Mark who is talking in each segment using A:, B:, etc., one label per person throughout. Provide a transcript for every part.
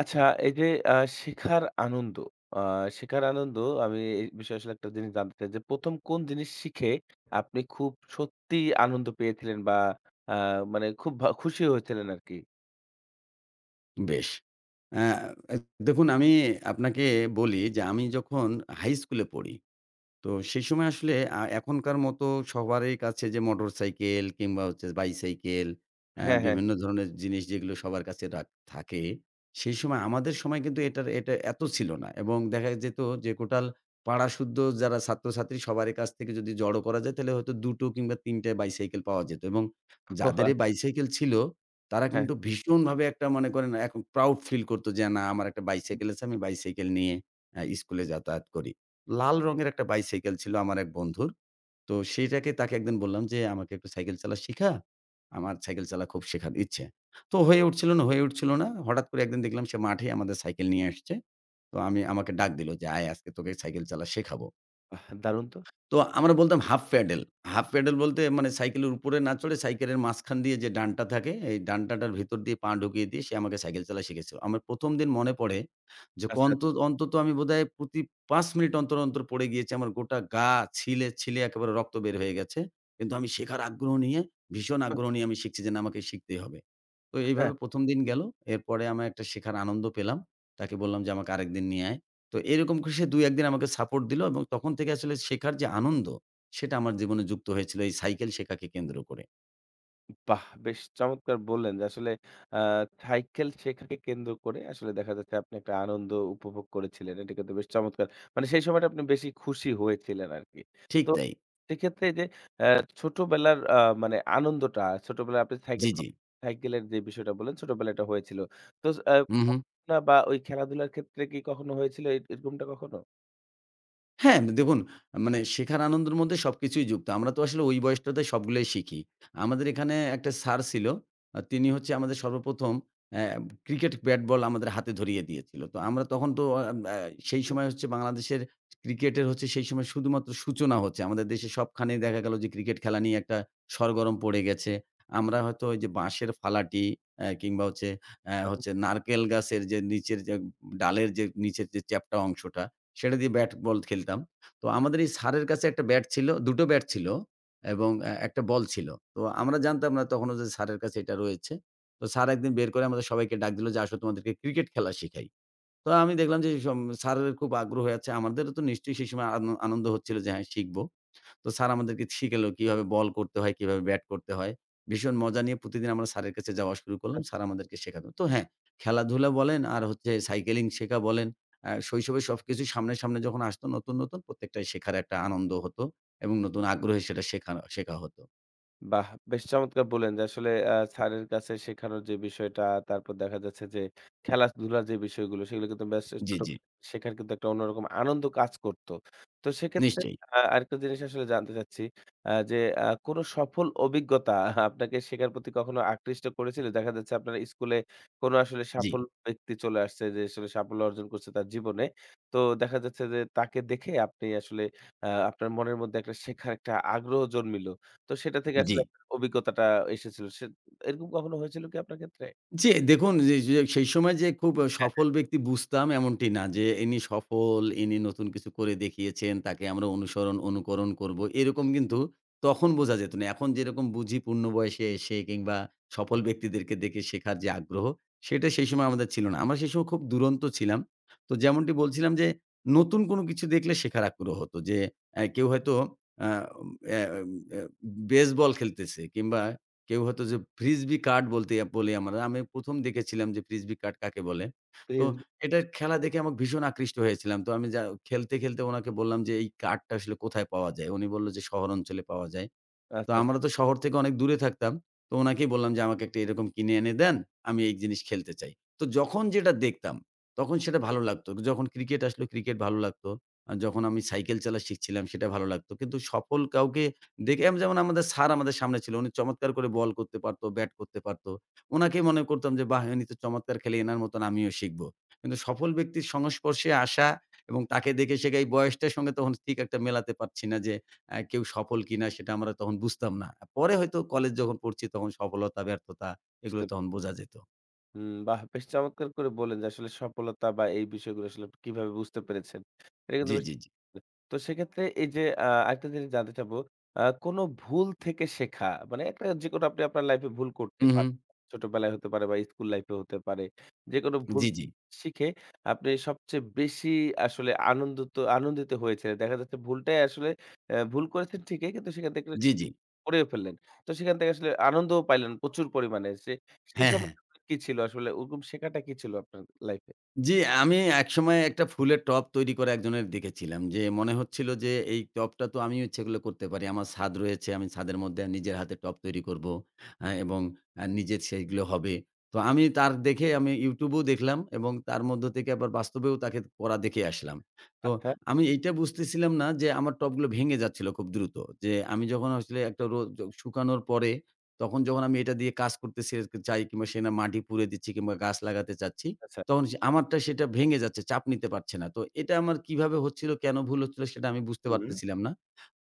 A: আচ্ছা, এই যে আ শেখার আনন্দ, আ শেখার আনন্দ। আমি এই বিষয়ে আসলে একটা জিনিস জানতে চাই যে ১ম কোন জিনিস শিখে আপনি খুব সত্যিই আনন্দ পেয়েছিলেন বা আ মানে খুব খুশি হয়েছিলেন আরকি?
B: বেশ। অ্যা দেখুন আমি আপনাকে বলি যে আমি যখন হাই স্কুলে পড়ি, তো সেই সময় আসলে এখনকার মতো সবারই কাছে যে মোটরসাইকেল কিংবা হচ্ছে বাইসাইকেল
A: হ্যাঁ, হ্যাঁ।
B: বিভিন্ন ধরনের জিনিস যেগুলো সবার কাছে থাকে, সেই সময় আমাদের সময় কিন্তু এটা এত ছিল না এবং দেখা যেত যে টোটাল পাড়াসুদ্ধ যারা ছাত্রছাত্রী সবারই কাছ থেকে যদি জড়ো করা যায় তাহলে হয়তো ২ টো কিংবা ৩ টা বাইসাইকেল পাওয়া যেত এবং
A: ও
B: যাদের
A: আ
B: এই বাইসাইকেল ছিল তারা
A: হ্যাঁ।
B: কিন্তু ভীষণভাবে একটা মনে করেন এখন প্রাউড ফিল করত যে, "না আমার একটা বাইসাইকেল আছে, আমি বাইসাইকেল নিয়ে স্কুলে যাতায়াত করি।" লাল রঙের একটা বাইসাইকেল ছিল আমার এক বন্ধুর। তো তাকে একদিন বললাম যে, "আমাকে একটু সাইকেল চালা শিখা। আমার সাইকেল চালা খুব শেখার ইচ্ছে।" তো হয়ে উঠছিল না, হয়ে উঠছিল না। হঠাৎ করে একদিন দেখলাম সে মাঠে আমাদের সাইকেল নিয়ে আসছে। তো আমাকে ডাক দিল যে, "আয় আজকে তোকে সাইকেল চালা শেখাবো।"
A: বাহ! দারুণ তো।
B: তো আমরা বলতাম হাফ প্যাডেল। হাফ প্যাডেল বলতে মানে সাইকেলের উপরে না চড়ে সাইকেলের মাঝখান দিয়ে যে ডান্টা থাকে, এই ডান্টাটার ভেতর দিয়ে পা ঢুকিয়ে দিয়ে সে আমাকে সাইকেল চালা শিখেছিল। আমার ১ম দিন মনে পড়ে যে অন্তত আমি বোধহয় প্রতি ৫ মিনিট অন্তর, অন্তর পড়ে গিয়েছি। আমার গোটা গা ছিলে একেবারে রক্ত বের হয়ে গেছে। কিন্তু আমি শেখার আগ্রহ নিয়ে, ভীষণ
A: আচ্ছা।
B: আগ্রহ নিয়ে আমি শিখছি যে না আমাকে শিখতেই হবে। তো এইভাবে ১ম দিন গেল। এরপরে আমার একটা শেখার আনন্দ পেলাম। তাকে বললাম যে আমাকে আরেকদিন নিয়ে আয়। তো এরকম করে সে ২-১ দিন আমাকে সাপোর্ট দিলো এবং তখন থেকে আসলে শেখার যে আনন্দ, সেটা আমার জীবনে যুক্ত হয়েছিল এই সাইকেল শেখাকে কেন্দ্র করে।
A: বাহ! বেশ চমৎকার বললেন যে আসলে আ সাইকেল শেখাকে কেন্দ্র করে আসলে দেখা যাচ্ছে আপনি একটা আনন্দ উপভোগ করেছিলেন। এটা কিন্তু বেশ চমৎকার। মানে সেই সময়টা আপনি বেশি খুশি হয়েছিলেন আরকি।
B: ঠিক
A: তো
B: তাই।
A: সেক্ষেত্রে এই যে অ্যা ছোটবেলার মানে আনন্দটা ছোটবেলায় আপনি সাইকেল
B: জি, জি।
A: সাইকেলের যে বিষয়টা বললেন ছোটবেলায় এটা হয়েছিল। তো
B: হু, হু।
A: পড়াশোনা বা ওই খেলাধুলার ক্ষেত্রে কি কখনো হয়েছিল এরকমটা কখনো?
B: হ্যাঁ, দেখুন মানে শেখার আনন্দের মধ্যে সবকিছুই যুক্ত। আমরা তো আসলে ওই বয়সটাতে সবগুলাই শিখি। আমাদের এখানে একটা স্যার ছিল। তিনি হচ্ছে আমাদের সর্বপ্রথম অ্যা ক্রিকেট ব্যাট বল আমাদের হাতে ধরিয়ে দিয়েছিল। তো আমরা তখন তো আ আ সেই সময় হচ্ছে বাংলাদেশের ক্রিকেটের হচ্ছে সেই সময় শুধুমাত্র সূচনা হচ্ছে। আমাদের দেশে সবখানেই দেখা গেল যে ক্রিকেট খেলা নিয়ে একটা সরগরম পড়ে গেছে। আমরা হয়তো ওই যে বাঁশের ফালাটি কিংবা হচ্ছে নারকেল গাছের যে নিচের যে ডালের যে নিচের যে চ্যাপ্টা অংশটা সেটা দিয়ে ব্যাট বল খেলতাম। তো আমাদের এই স্যারের কাছে একটা ব্যাট ছিল, ২ টো ব্যাট ছিল এবং একটা বল ছিল। তো আমরা জানতাম না তখনও যে স্যারের কাছে এটা রয়েছে। তো স্যার একদিন বের করে আমাদের সবাইকে ডাক দিল যে, "আসো তোমাদেরকে ক্রিকেট খেলা শিখাই।" তো আমি দেখলাম যে স্যারের খুব আগ্রহ আছে। আমাদেরও তো নিশ্চয়ই সেই সময় আনন্দ হচ্ছিল যে হ্যাঁ শিখব। তো স্যার আমাদেরকে শিখালো কিভাবে বল করতে হয়, কিভাবে ব্যাট করতে হয়। ভীষণ মজা নিয়ে প্রতিদিন আমরা স্যারের কাছে যাওয়া শুরু করলাম। স্যার আমাদেরকে শেখাতো। তো হ্যাঁ, খেলাধুলা বলেন আর হচ্ছে সাইকেলিং শেখা বলেন, শৈশবে সবকিছু সামনে, সামনে যখন আসতো নতুন, নতুন প্রত্যেকটাই শেখার একটা আনন্দ হতো এবং নতুন আগ্রহে সেটা শেখা শেখা হতো।
A: বাহ! বেশ চমৎকার বললেন যে আসলে স্যারের কাছে শেখানোর যে বিষয়টা, তারপর দেখা যাচ্ছে যে খেলাধুলার যে বিষয়গুলো সেগুলো কিন্তু বেশ
B: জি,
A: ছোট
B: জি।
A: শেখার কিন্তু একটা অন্যরকম আনন্দ কাজ করত। তো সেক্ষেত্রে
B: নিশ্চয়ই।
A: আরেকটা জিনিস আসলে জানতে চাচ্ছি, আ যে আ কোনো সফল অভিজ্ঞতা আপনাকে শেখার প্রতি কখনো আকৃষ্ট করেছিল? দেখা যাচ্ছে আপনার স্কুলে কোনো আসলে
B: জি,
A: সাফল্য ব্যক্তি চলে আসছে যে আসলে সাফল্য অর্জন করছে তার জীবনে। তো দেখা যাচ্ছে যে তাকে দেখে আপনি আসলে আপনার মনের মধ্যে একটা শেখার একটা আগ্রহ জন্মিল। তো সেটা থেকে
B: জি।
A: আসলে আপনার অভিজ্ঞতাটা এসেছিল। এরকম কখনো হয়েছিল কি আপনার ক্ষেত্রে?
B: জি, দেখুন যে যে সেই সময় যে খুব সফল ব্যক্তি বুঝতাম এমনটি না যে ইনি সফল, ইনি নতুন কিছু করে দেখিয়েছেন, তাকে আমরা অনুসরণ, অনুকরণ করব। এরকম কিন্তু তখন বোঝা যেত না। এখন যেরকম বুঝি পূর্ণ বয়সে এসে কিংবা সফল ব্যক্তিদেরকে দেখে শেখার যে আগ্রহ, সেটা সেই সময় আমাদের ছিল না। আমরা সেই সময় খুব দুরন্ত ছিলাম। তো যেমনটি বলছিলাম যে নতুন কোনো কিছু দেখলে শেখার আগ্রহ হতো যে কেউ হয়তো আ অ্যা অ্যা বেসবল খেলতেছে কিংবা কেউ হয়তো যে ফ্রিসবি কার্ড বলতে বলি আমরা। আমি ১ম দেখেছিলাম যে ফ্রিসবি কার্ড কাকে বলে। তো
A: প্রিন্স
B: এটার খেলা দেখে আমি ভীষণ আকৃষ্ট হয়েছিলাম। তো আমি খেলতে, খেলতে উনাকে বললাম যে, "এই কার্ডটা আসলে কোথায় পাওয়া যায়?" উনি বলল যে, "শহর অঞ্চলে পাওয়া যায়।" তো
A: আচ্ছা, আচ্ছা।
B: আমরা তো শহর থেকে অনেক দূরে থাকতাম। তো উনাকেই বললাম যে, "আমাকে একটা এরকম কিনে এনে দেন। আমি এই জিনিস খেলতে চাই।" তো যখন যেটা দেখতাম, তখন সেটা ভালো লাগতো। যখন ক্রিকেট আসলো, ক্রিকেট ভালো লাগতো। যখন আমি সাইকেল চালা শিখছিলাম, সেটা ভালো লাগতো। কিন্তু সফল কাউকে দেখে যেমন আমাদের স্যার আমাদের সামনে ছিল। উনি চমৎকার করে বল করতে পারতো, ব্যাট করতে পারতো। উনাকেই মনে করতাম যে, "বাহ! ইনি তো চমৎকার খেলে এনার মতন আমিও শিখব।" কিন্তু সফল ব্যক্তির সংস্পর্শে আসা এবং তাকে দেখে শেখা এই বয়সটার সঙ্গে তখন ঠিক একটা মেলাতে পারছি না যে, কেউ সফল কিনা সেটা আমরা তখন বুঝতাম না। পরে হয়তো কলেজ যখন পড়ছি তখন সফলতা, ব্যর্থতা এগুলো
A: বুঝতে
B: তখন বোঝা যেত।
A: হুম, বাহ! বেশ চমৎকার করে বললেন যে আসলে সফলতা বা এই বিষয়গুলো আসলে আপনি কিভাবে বুঝতে পেরেছেন। এটা কিন্তু
B: জি,
A: বেশ।
B: জি, জি।
A: তো সেক্ষেত্রে এই যে আরেকটা জিনিস জানতে চাবো, কোনো ভুল থেকে শেখা মানে একটা যেকোনো আপনি আপনার লাইফে ভুল করতে
B: হু, হু।
A: পারেন। ছোটবেলায় হতে পারে বা স্কুল লাইফে হতে পারে। যেকোনো ভুল
B: জি, জি।
A: শিখে আপনি সবচেয়ে বেশি আসলে আনন্দিত আনন্দিত হয়েছিলেন। দেখা যাচ্ছে ভুলটাই আসলে, ভুল করেছেন ঠিকই কিন্তু সেখান থেকে একটা
B: জি,
A: শিক্ষা
B: জি।
A: করেও ফেললেন। তো সেখান থেকে আসলে আনন্দও পাইলেন প্রচুর পরিমাণে। সেই
B: হ্যাঁ, হ্যাঁ।
A: সময় কি ছিল আসলে? ওরকম শেখাটা কি ছিল আপনার লাইফে?
B: জি, আমি একসময় একটা ফুলের টব তৈরি করা একজনের দেখেছিলাম। যে মনে হচ্ছিল যে এই টবটা তো আমিও ইচ্ছে করলে করতে পারি। আমার ছাদ রয়েছে, আমি ছাদের মধ্যে নিজের হাতে টব তৈরি করব। এবং নিজের সেগুলো হবে। তো আমি তার দেখে আমি YouTube এও দেখলাম এবং তার মধ্য থেকে আবার বাস্তবেও তাকে করা দেখে আসলাম। তো
A: আচ্ছা,
B: আমি এইটা বুঝতেছিলাম না যে আমার টবগুলো ভেঙে যাচ্ছিল খুব দ্রুত। যে আমি যখন আসলে একটা রোদ শুকানোর পরে তখন যখন আমি এটা দিয়ে কাজ করতে সে চাই কিংবা সে না মাটি পুড়ে দিচ্ছি কিংবা গাছ লাগাতে চাচ্ছি
A: আচ্ছা।
B: তখন সে আমারটা সেটা ভেঙে যাচ্ছে, চাপ নিতে পারছে না। তো এটা আমার কিভাবে হচ্ছিল, কেন ভুল হচ্ছিল সেটা আমি বুঝতে
A: হুম।
B: পারতেছিলাম না।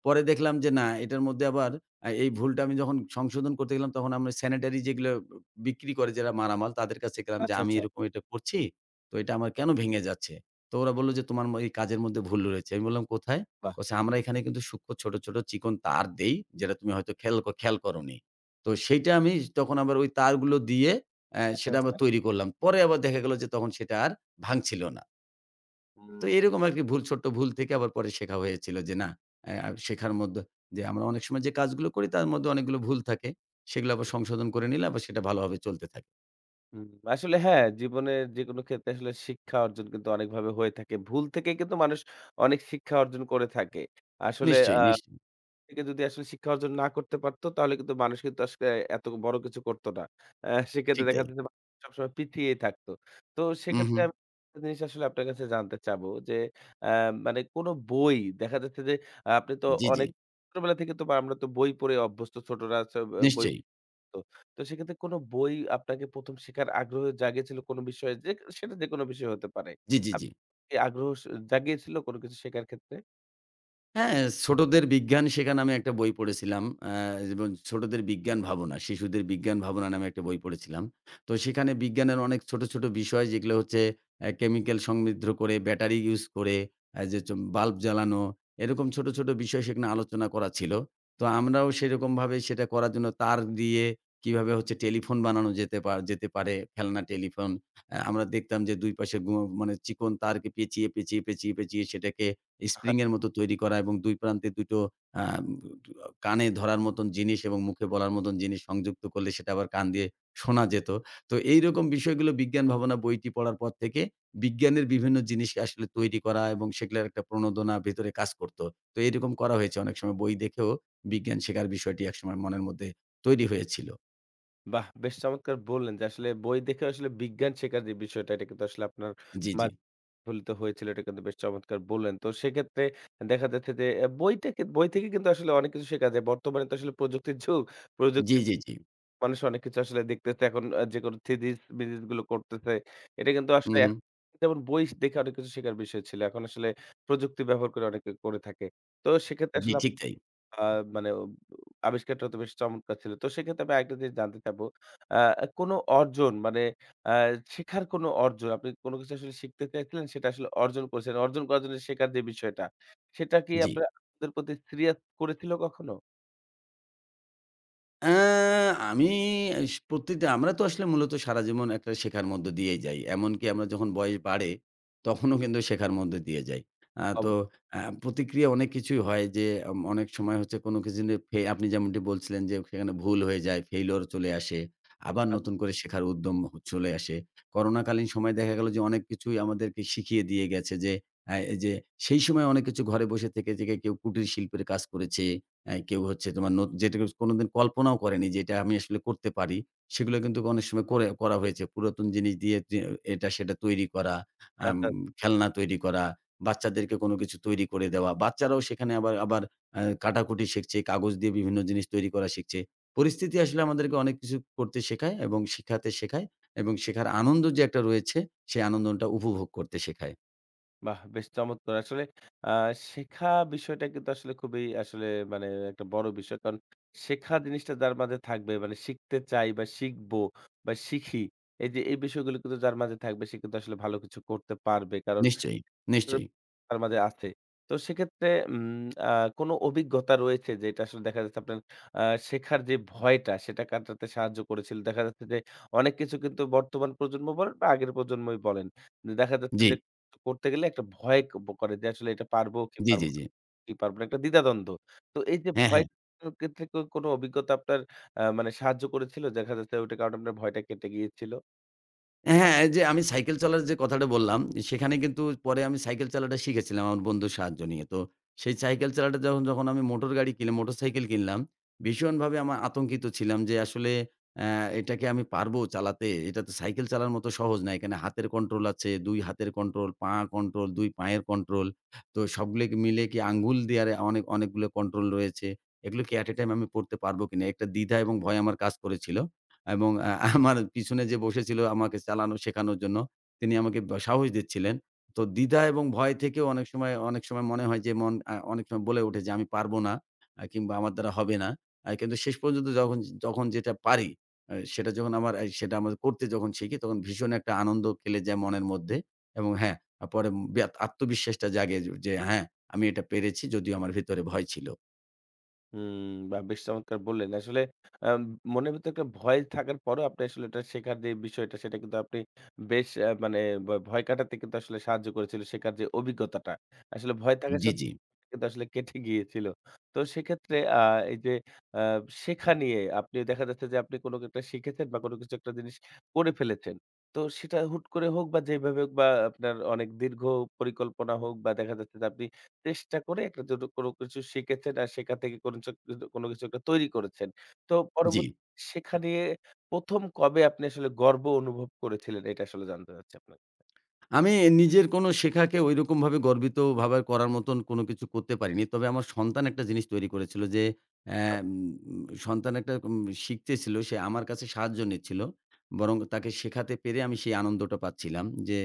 B: পরে দেখলাম যে না, এটার মধ্যে আবার এই ভুলটা আমি যখন সংশোধন করতে গেলাম তখন আমরা সেনিটারি যেগুলো বিক্রি করে যারা মালামাল তাদের কাছে গেলাম যে,
A: আচ্ছা,
B: "আমি
A: আচ্ছা।
B: এরকম এটা করছি, তো এটা আমার কেন ভেঙে যাচ্ছে?" তো ওরা বলল যে, "তোমার এই কাজের মধ্যে ভুল রয়েছে।" আমি বললাম, "কোথায়?"
A: বাহ!
B: কচ্ছে, "আমরা এখানে কিন্তু সূক্ষ্ম ছোট, ছোট চিকন তার দেই, যেটা তুমি হয়তো খেয়াল করোনি।" তো সেইটা আমি তখন আবার ওই তারগুলো দিয়ে
A: আচ্ছা,
B: সেটা আমরা
A: আচ্ছা।
B: তৈরি করলাম। পরে আবার দেখা গেল যে তখন সেটা আর ভাঙছিল না। তো
A: হুম,
B: এরকম আরকি ভুল ছোট্ট ভুল থেকে আবার পরে শেখা হয়েছিল যে না শেখার মধ্যে যে আমরা অনেক সময় যে কাজগুলো করি তার মধ্যে অনেকগুলো ভুল থাকে। সেগুলো আবার
A: বুঝতে
B: সংশোধন করে নিলে আবার সেটা ভালোভাবে চলতে থাকে।
A: হুম, আসলে হ্যাঁ, জীবনের যেকোনো ক্ষেত্রে আসলে শিক্ষা অর্জন কিন্তু অনেকভাবে হয়ে থাকে। ভুল থেকে কিন্তু মানুষ অনেক শিক্ষা অর্জন করে থাকে। আসলে
B: নিশ্চয়ই, নিশ্চয়ই।
A: থেকে যদি আসলে শিক্ষা অর্জন না করতে পারত, তাহলে কিন্তু মানুষ কিন্তু আসলে এত বড় কিছু করত না। আ সেক্ষেত্রে
B: ঠিক
A: দেখা
B: তাই।
A: যাচ্ছে যে সবসময় পিছিয়েই থাকতো। তো
B: হু, হু।
A: সেক্ষেত্রে আমি একটা জিনিস আসলে আপনার কাছে জানতে চাবো যে, আ মানে কোন বই দেখা যাচ্ছে যে, আহ, আপনি তো
B: জি, জি।
A: অনেক ছোটবেলা থেকে তো বা আমরা তো বই পড়ে অভ্যস্ত ছোটরা আছে বই
B: নিশ্চয়ই।
A: পড়তো। তো সেক্ষেত্রে কোন বই আপনাকে ১ম শেখার আগ্রহ জাগিয়েছিল কোন বিষয়ে যে সেটা যেকোনো বিষয় হতে পারে।
B: জি, জি,
A: আপ
B: জি।
A: আগ্রহ স জাগিয়েছিল কোন কিছু শেখার ক্ষেত্রে?
B: হ্যাঁ, ছোটদের বিজ্ঞান শেখা নামে একটা বই পড়েছিলাম। আ এবং ছোটদের বিজ্ঞান ভাবনা, শিশুদের বিজ্ঞান ভাবনা নামে একটা বই পড়েছিলাম। তো সেখানে বিজ্ঞানের অনেক ছোট, ছোট বিষয় যেগুলো হচ্ছে কেমিক্যাল সমৃদ্ধ করে, ব্যাটারি ইউজ করে, অ্যা যে চ বাল্ব জ্বালানো, এরকম ছোট, ছোট বিষয় সেখানে আলোচনা করা ছিল। তো আমরাও সেরকমভাবে সেটা করার জন্য তার দিয়ে কিভাবে হচ্ছে টেলিফোন বানানো যেতে পারে, খেলনা টেলিফোন। আমরা দেখতাম যে ২ পাশে মানে চিকন তারকে পেঁচিয়ে, পেঁচিয়ে, পেঁচিয়ে, পেঁচিয়ে সেটাকে স্প্রিং এর মতো তৈরি করা এবং ২ প্রান্তে ২ টো আ কানে ধরার মতন জিনিস এবং মুখে বলার মতন জিনিস সংযুক্ত করলে সেটা আবার কান দিয়ে শোনা যেত। তো এইরকম বিষয়গুলো বিজ্ঞান ভাবনা বইটি পড়ার পর থেকে বিজ্ঞানের বিভিন্ন জিনিসকে আসলে তৈরি করা এবং সেগুলার একটা প্রণোদনা ভেতরে কাজ করত। তো এরকম করা হয়েছে অনেক সময় বই দেখেও বিজ্ঞান শেখার বিষয়টি একসময় মনের মধ্যে তৈরি হয়েছিল।
A: বাহ! বেশ চমৎকার বললেন যে আসলে বই দেখে আসলে বিজ্ঞান শেখার যে বিষয়টা এটা কিন্তু আসলে আপনার
B: জি,
A: মা
B: জি।
A: প্রতিফলিত হয়েছিল, এটা কিন্তু বেশ চমৎকার বললেন। তো সেক্ষেত্রে দেখা যাচ্ছে যে এ বইটাকে বই থেকে কিন্তু আসলে অনেক কিছু শেখা যায়। বর্তমানে তো আসলে প্রযুক্তির যুগ। প্রযুক্তি
B: জি, জি, জি।
A: মানুষ অনেক কিছু আসলে দেখতেছে এখন, যেকোনো থিসিস মিসিস গুলো করতেছে। এটা কিন্তু
B: হু,
A: আসলে
B: হু।
A: এক যেমন বই দেখে অনেক কিছু শেখার বিষয় ছিল। এখন আসলে প্রযুক্তি ব্যবহার করে অনেকে করে থাকে। তো সেক্ষেত্রে
B: জি,
A: আসলে
B: ঠিক তাই।
A: আ মানে ও আবিষ্কারটা তো বেশ চমৎকার ছিল। তো সেক্ষেত্রে আমি আরেকটা জিনিস জানতে চাবো। আ কোনো অর্জন মানে, আ শেখার কোনো অর্জন আপনি কোনো কিছু আসলে শিখতে চাইছিলেন সেটা আসলে অর্জন করেছেন। অর্জন করার জন্য শেখার যে বিষয়টা, সেটা কি
B: জি।
A: আপনার আপনাদের প্রতি সিরিয়াস করেছিল কখনো?
B: আ আমি এস প্রত্যেকটা আমরা তো আসলে মূলত সারা জীবন একটা শেখার মধ্য দিয়েই যাই। এমনকি আমরা যখন বয়স বাড়ে, তখনও কিন্তু শেখার মধ্য দিয়ে যাই।
A: অব
B: তো প্রতিক্রিয়া অনেক কিছুই হয় যে অনেক সময় হচ্ছে কোনো কিছু নিয়ে আপনি যেমনটি বলছিলেন যে সেখানে ভুল হয়ে যায়, ফেইলিউর চলে আসে। আবার নতুন করে শেখার উদ্যম চলে আসে। করোনাকালীন সময়ে দেখা গেল যে অনেক কিছুই আমাদেরকে শিখিয়ে দিয়ে গেছে যে এই যে সেই সময় অনেক কিছু ঘরে বসে থেকে কেউ কুটির শিল্পের কাজ করেছে। কেউ হচ্ছে তোমার যেটুকু কোনোদিন কল্পনাও করেনি যে এটা আমি আসলে করতে পারি। সেগুলো কিন্তু অনেক সময় করে করা হয়েছে। পুরাতন জিনিস দিয়ে এটা সেটা তৈরি করা,
A: আচ্ছা,
B: আম
A: আচ্ছা।
B: খেলনা তৈরি করা, বাচ্চাদেরকে কোনো কিছু তৈরি করে দেওয়া। বাচ্চারাও সেখানে আবার আবার কাটাকুটি শিখছে, কাগজ দিয়ে বিভিন্ন জিনিস তৈরি করা শিখছে। পরিস্থিতি আসলে আমাদেরকে অনেক কিছু করতে শেখায় এবং শিখাতে শেখায় এবং শেখার আনন্দ যে একটা রয়েছে, সেই আনন্দটা উপভোগ করতে শেখায়।
A: বাহ! বেশ চমৎকার। আসলে আ শেখা বিষয়টা কিন্তু আসলে খুবই আসলে মানে একটা বড় বিষয়। কারণ শেখা জিনিসটা যার মাঝে থাকবে মানে শিখতে চাই বা শিখবো বা শিখি। এই যে এই বিষয়গুলো কিন্তু যার মাঝে থাকবে সে কিন্তু আসলে ভালো কিছু করতে পারবে। কারণ
B: নিশ্চয়ই, নিশ্চয়ই।
A: তার মাঝে আছে। তো সেক্ষেত্রে উম আ কোনো অভিজ্ঞতা রয়েছে যেটা আসলে দেখা যাচ্ছে আপনার আ শেখার যে ভয়টা সেটা কাটাতে সাহায্য করেছিল। দেখা যাচ্ছে যে অনেক কিছু কিন্তু বর্তমান প্রজন্ম বলেন বা আগের প্রজন্মই বলেন। যে দেখা যাচ্ছে
B: জি,
A: যে করতে গেলে একটা ভয় ক করে যে আসলে এটা পারবো কি
B: জি,
A: পারবো
B: জি,
A: না,
B: জি।
A: কি পারবো না একটা দ্বিধাদ্বন্দ্ব। তো এই যে
B: হ্যাঁ,
A: ভয়
B: হ্যাঁ।
A: ক্ষেত্রে কোনো অভিজ্ঞতা আপনার মানে সাহায্য করেছিল? দেখা যাচ্ছে ওইটার কারণে আপনার ভয়টা কেটে গিয়েছিল?
B: হ্যাঁ, এই যে আমি সাইকেল চালার যে কথাটা বললাম, সেখানে কিন্তু পরে আমি সাইকেল চালাটা শিখেছিলাম আমার বন্ধুর সাহায্য নিয়ে। তো সেই সাইকেল চালাটা যখন, যখন আমি মোটর গাড়ি কিনলাম, মোটরসাইকেল কিনলাম, ভীষণভাবে আমার আতঙ্কিত ছিলাম যে আসলে অ্যা এটাকে আমি পারবো চালাতে? এটা তো সাইকেল চালার মতো সহজ না। এখানে হাতের কন্ট্রোল আছে, ২ হাতের কন্ট্রোল, পা কন্ট্রোল, ২ পায়ের কন্ট্রোল। তো সবগুলো মিলে কি আঙ্গুল দিয়ে আর অনেক অনেকগুলো কন্ট্রোল রয়েছে। এগুলো কি এট a টাইম আমি পড়তে পারবো কিনা? একটা দ্বিধা এবং ভয় আমার কাজ করেছিল। এবং আমার পিছনে যে বসেছিল আমাকে চালানো শেখানোর জন্য, তিনি আমাকে সাহস দিচ্ছিলেন। তো দ্বিধা এবং ভয় থেকেও অনেক সময় মনে হয় যে মন আ অনেক সময় বলে ওঠে যে, "আমি পারব না কিংবা আমার দ্বারা হবে না।" কিন্তু শেষ পর্যন্ত যখন যখন যেটা পারি, সেটা যখন আমার আ সেটা আমার করতে যখন শিখি, তখন ভীষণ একটা আনন্দ খেলে যায় মনের মধ্যে এবং হ্যাঁ, পরে আত্মবিশ্বাসটা জাগে যে, "হ্যাঁ, আমি এটা পেরেছি যদিও আমার ভেতরে ভয় ছিল।"
A: হুম, বাহ! বেশ চমৎকার বললেন। আসলে আম মনের ভিতরে একটা ভয় থাকার পরেও আপনি আসলে এটা শেখার যে বিষয়টা সেটা কিন্তু আপনি বেশ, মানে ভয় কাটাতে কিন্তু আসলে সাহায্য করেছিল শেখার যে অভিজ্ঞতাটা। আসলে ভয় থাকা
B: জি, জি,
A: সত্ত্বেও কিন্তু আসলে কেটে গিয়েছিল। তো সেক্ষেত্রে এই যে আ শেখা নিয়ে আপনি দেখা যাচ্ছে যে আপনি কোনো একটা শিখেছেন বা কোনো কিছু একটা জিনিস করে ফেলেছেন। তো সেটা হুট করে হোক বা যেভাবে হোক বা আপনার অনেক দীর্ঘ পরিকল্পনা হোক বা দেখা যাচ্ছে যে আপনি চেষ্টা করে একটা যত কোনো কিছু শিখেছেন আর সেখান থেকে কোনো কিছু একটা তৈরি করেছেন। তো
B: জি।
A: পরবর্তী শেখা নিয়ে ১ম কবে আপনি আসলে গর্ব অনুভব করেছিলেন? এটা আসলে জানতে চাচ্ছি আপনার।
B: আমি নিজের কোনো শেখাকে ঐরকমভাবে গর্বিত ভাবে করার মতন কোনো কিছু করতে পারিনি। তবে আমার সন্তান একটা জিনিস তৈরি করেছিল যে,
A: আ
B: অ্যাম সন্তান একটা শিখতেছিল, সে আমার কাছে সাহায্য নিচ্ছিল। বরং তাকে শেখাতে পেরে আমি সেই আনন্দটা পাচ্ছিলাম যে,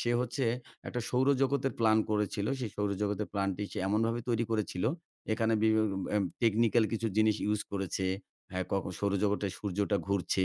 B: সে হচ্ছে একটা সৌরজগতের প্ল্যান করেছিল। সেই সৌরজগতের প্ল্যানটি সে এমনভাবে তৈরি করেছিল, এখানে বিভি এম টেকনিক্যাল কিছু জিনিস ইউজ করেছে। হ্যাঁ, সৌরজগতে সূর্যটা ঘুরছে,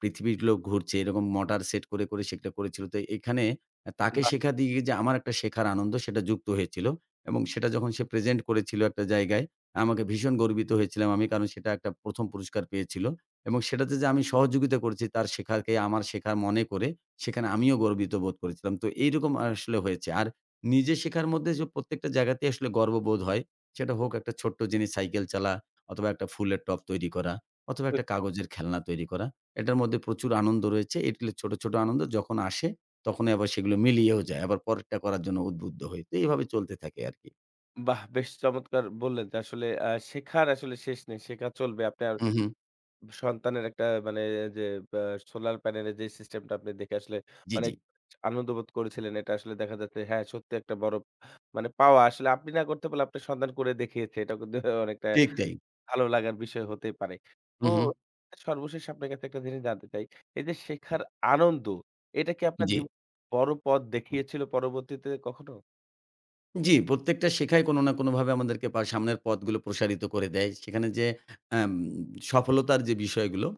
B: পৃথিবীর লোক ঘুরছে, এরকম সেট করে, করে সেটা করেছিল। তো এখানে তাকে
A: বাহ!
B: শেখা দিয়ে যে আমার একটা শেখার আনন্দ সেটা যুক্ত হয়েছিল এবং সেটা যখন সে প্রেজেন্ট করেছিল একটা জায়গায়, আমাকে ভীষণ গর্বিত হয়েছিলাম আমি কারণ সেটা একটা ১ম পুরস্কার পেয়েছিল এবং সেটাতে যে আমি সহযোগিতা করেছি তার শেখাকে আমার শেখা মনে করে সেখানে আমিও গর্বিত বোধ করেছিলাম। তো এইরকম আসলে হয়েছে। আর নিজে শেখার মধ্যে যে প্রত্যেকটা জায়গাতেই আসলে গর্ববোধ হয়। সেটা হোক একটা ছোট্ট জিনিস সাইকেল চালা অথবা একটা ফুলের টব তৈরি করা অথবা একটা কাগজের খেলনা তৈরি করা। এটার মধ্যে প্রচুর আনন্দ রয়েছে। এগুলো ছোট, ছোট আনন্দ যখন আসে তখনই আবার সেগুলো মিলিয়েও যায়। আবার পরেরটা করার জন্য উদ্বুদ্ধ হই। তো এভাবে চলতে থাকে আরকি।
A: বাহ! বেশ চমৎকার বললেন যে আসলে শেখার আসলে শেষ নেই। শেখা চলবে। আপনার
B: হুম, হুম।
A: সন্তানের একটা মানে, যে বা সোলার প্যানেলের যে সিস্টেমটা আপনি দেখে আসলে
B: জি,
A: অনেক
B: জি।
A: আনন্দ বোধ করেছিলেন। এটা আসলে দেখা যাচ্ছে হ্যাঁ, সত্যি একটা বড় মানে পাওয়া। আসলে আপনি না করতে পারলে আপনার সন্তান করে দেখিয়েছে। এটা কিন্তু অনেকটা
B: ঠিক তাই।
A: ভালো লাগার বিষয় হতেই পারে। তো
B: হুম, হুম।
A: সর্বশেষ আপনার কাছে একটা জিনিস জানতে চাই। এই যে শেখার আনন্দ, এটা কি আপনার
B: জি।
A: জীবনে বড় পথ দেখিয়েছিল পরবর্তীতে কখনো?
B: জি, প্রত্যেকটা শেখাই কোনো না কোনোভাবে আমাদেরকে সামনের পথগুলো প্রসারিত করে দেয়। সেখানে যে আম সফলতার যে বিষয়গুলো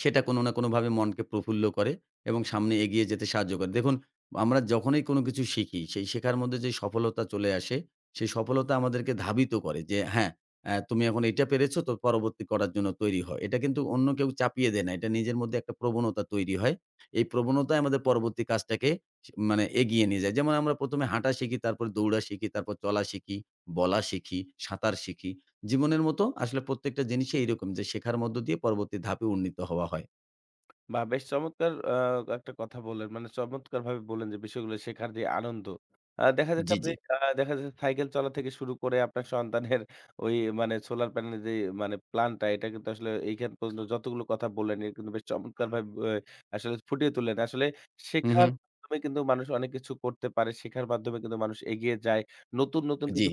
B: সেটা কোনো না কোনোভাবে মনকে প্রফুল্ল করে এবং সামনে এগিয়ে যেতে সাহায্য করে। দেখুন, আমরা যখনই কোনো কিছু শিখি, সেই শেখার মধ্যে যে সফলতা চলে আসে, সেই সফলতা আমাদেরকে ধাবিত করে যে, "হ্যাঁ, তুমি এখন এইটা পেরেছো, তো পরবর্তী করার জন্য তৈরি হও।" এটা কিন্তু অন্য কেউ চাপিয়ে দেয় না। এটা নিজের মধ্যে একটা প্রবণতা তৈরি হয়। এই প্রবণতাই আমাদের পরবর্তী কাজটাকে মানে এগিয়ে নিয়ে যায়। যেমন আমরা ১ম এ হাঁটা শিখি, তারপর দৌড়া শিখি, তারপর চলা শিখি, বলা শিখি, সাঁতার শিখি। জীবনের মতো আসলে প্রত্যেকটা জিনিসই এইরকম যে শেখার মধ্য দিয়ে পরবর্তী ধাপে উন্নীত হওয়া হয়।
A: বাহ! বেশ চমৎকার একটা কথা বললেন। মানে চমৎকারভাবে বললেন যে বিষয়গুলো শেখার যে আনন্দ। দেখা যাচ্ছে
B: জি,
A: আপনি
B: জি।
A: দেখা যাচ্ছে সাইকেল চলা থেকে শুরু করে আপনার সন্তানের ওই মানে সোলার প্যানেলের যে মানে প্ল্যানটা এটা কিন্তু আসলে এইখান পর্যন্ত যতগুলো কথা বললেন এটা কিন্তু বেশ চমৎকারভাবে আসলে ফুটিয়ে তুললেন। আসলে
B: হু,
A: শেখার
B: হু।
A: মাধ্যমে কিন্তু মানুষ অনেক কিছু করতে পারে। শেখার মাধ্যমে কিন্তু মানুষ এগিয়ে যায়। নতুন, নতুন
B: জি।
A: কিন্তু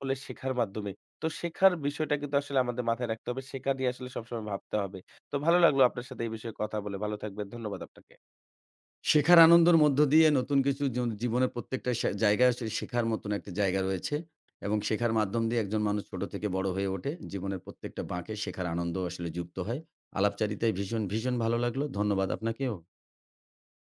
A: হলে শেখার মাধ্যমে। তো শেখার বিষয়টা কিন্তু আসলে আমাদের মাথায় রাখতে হবে। শেখা নিয়ে আসলে সবসময় ভাবতে হবে। তো ভালো লাগলো আপনার সাথে এই বিষয়ে কথা বলে। ভালো থাকবেন। ধন্যবাদ আপনাকে।
B: শেখার আনন্দের মধ্য দিয়ে নতুন কিছু জীবনের প্রত্যেকটা জায়গায় আসলে শেখার মতন একটা জায়গা রয়েছে এবং শেখার মাধ্যম দিয়ে একজন মানুষ ছোট থেকে বড় হয়ে ওঠে। জীবনের প্রত্যেকটা বাঁকে শেখার আনন্দ আসলে যুক্ত হয়। আলাপচারিতায় ভীষণ, ভীষণ ভালো লাগলো। ধন্যবাদ আপনাকেও।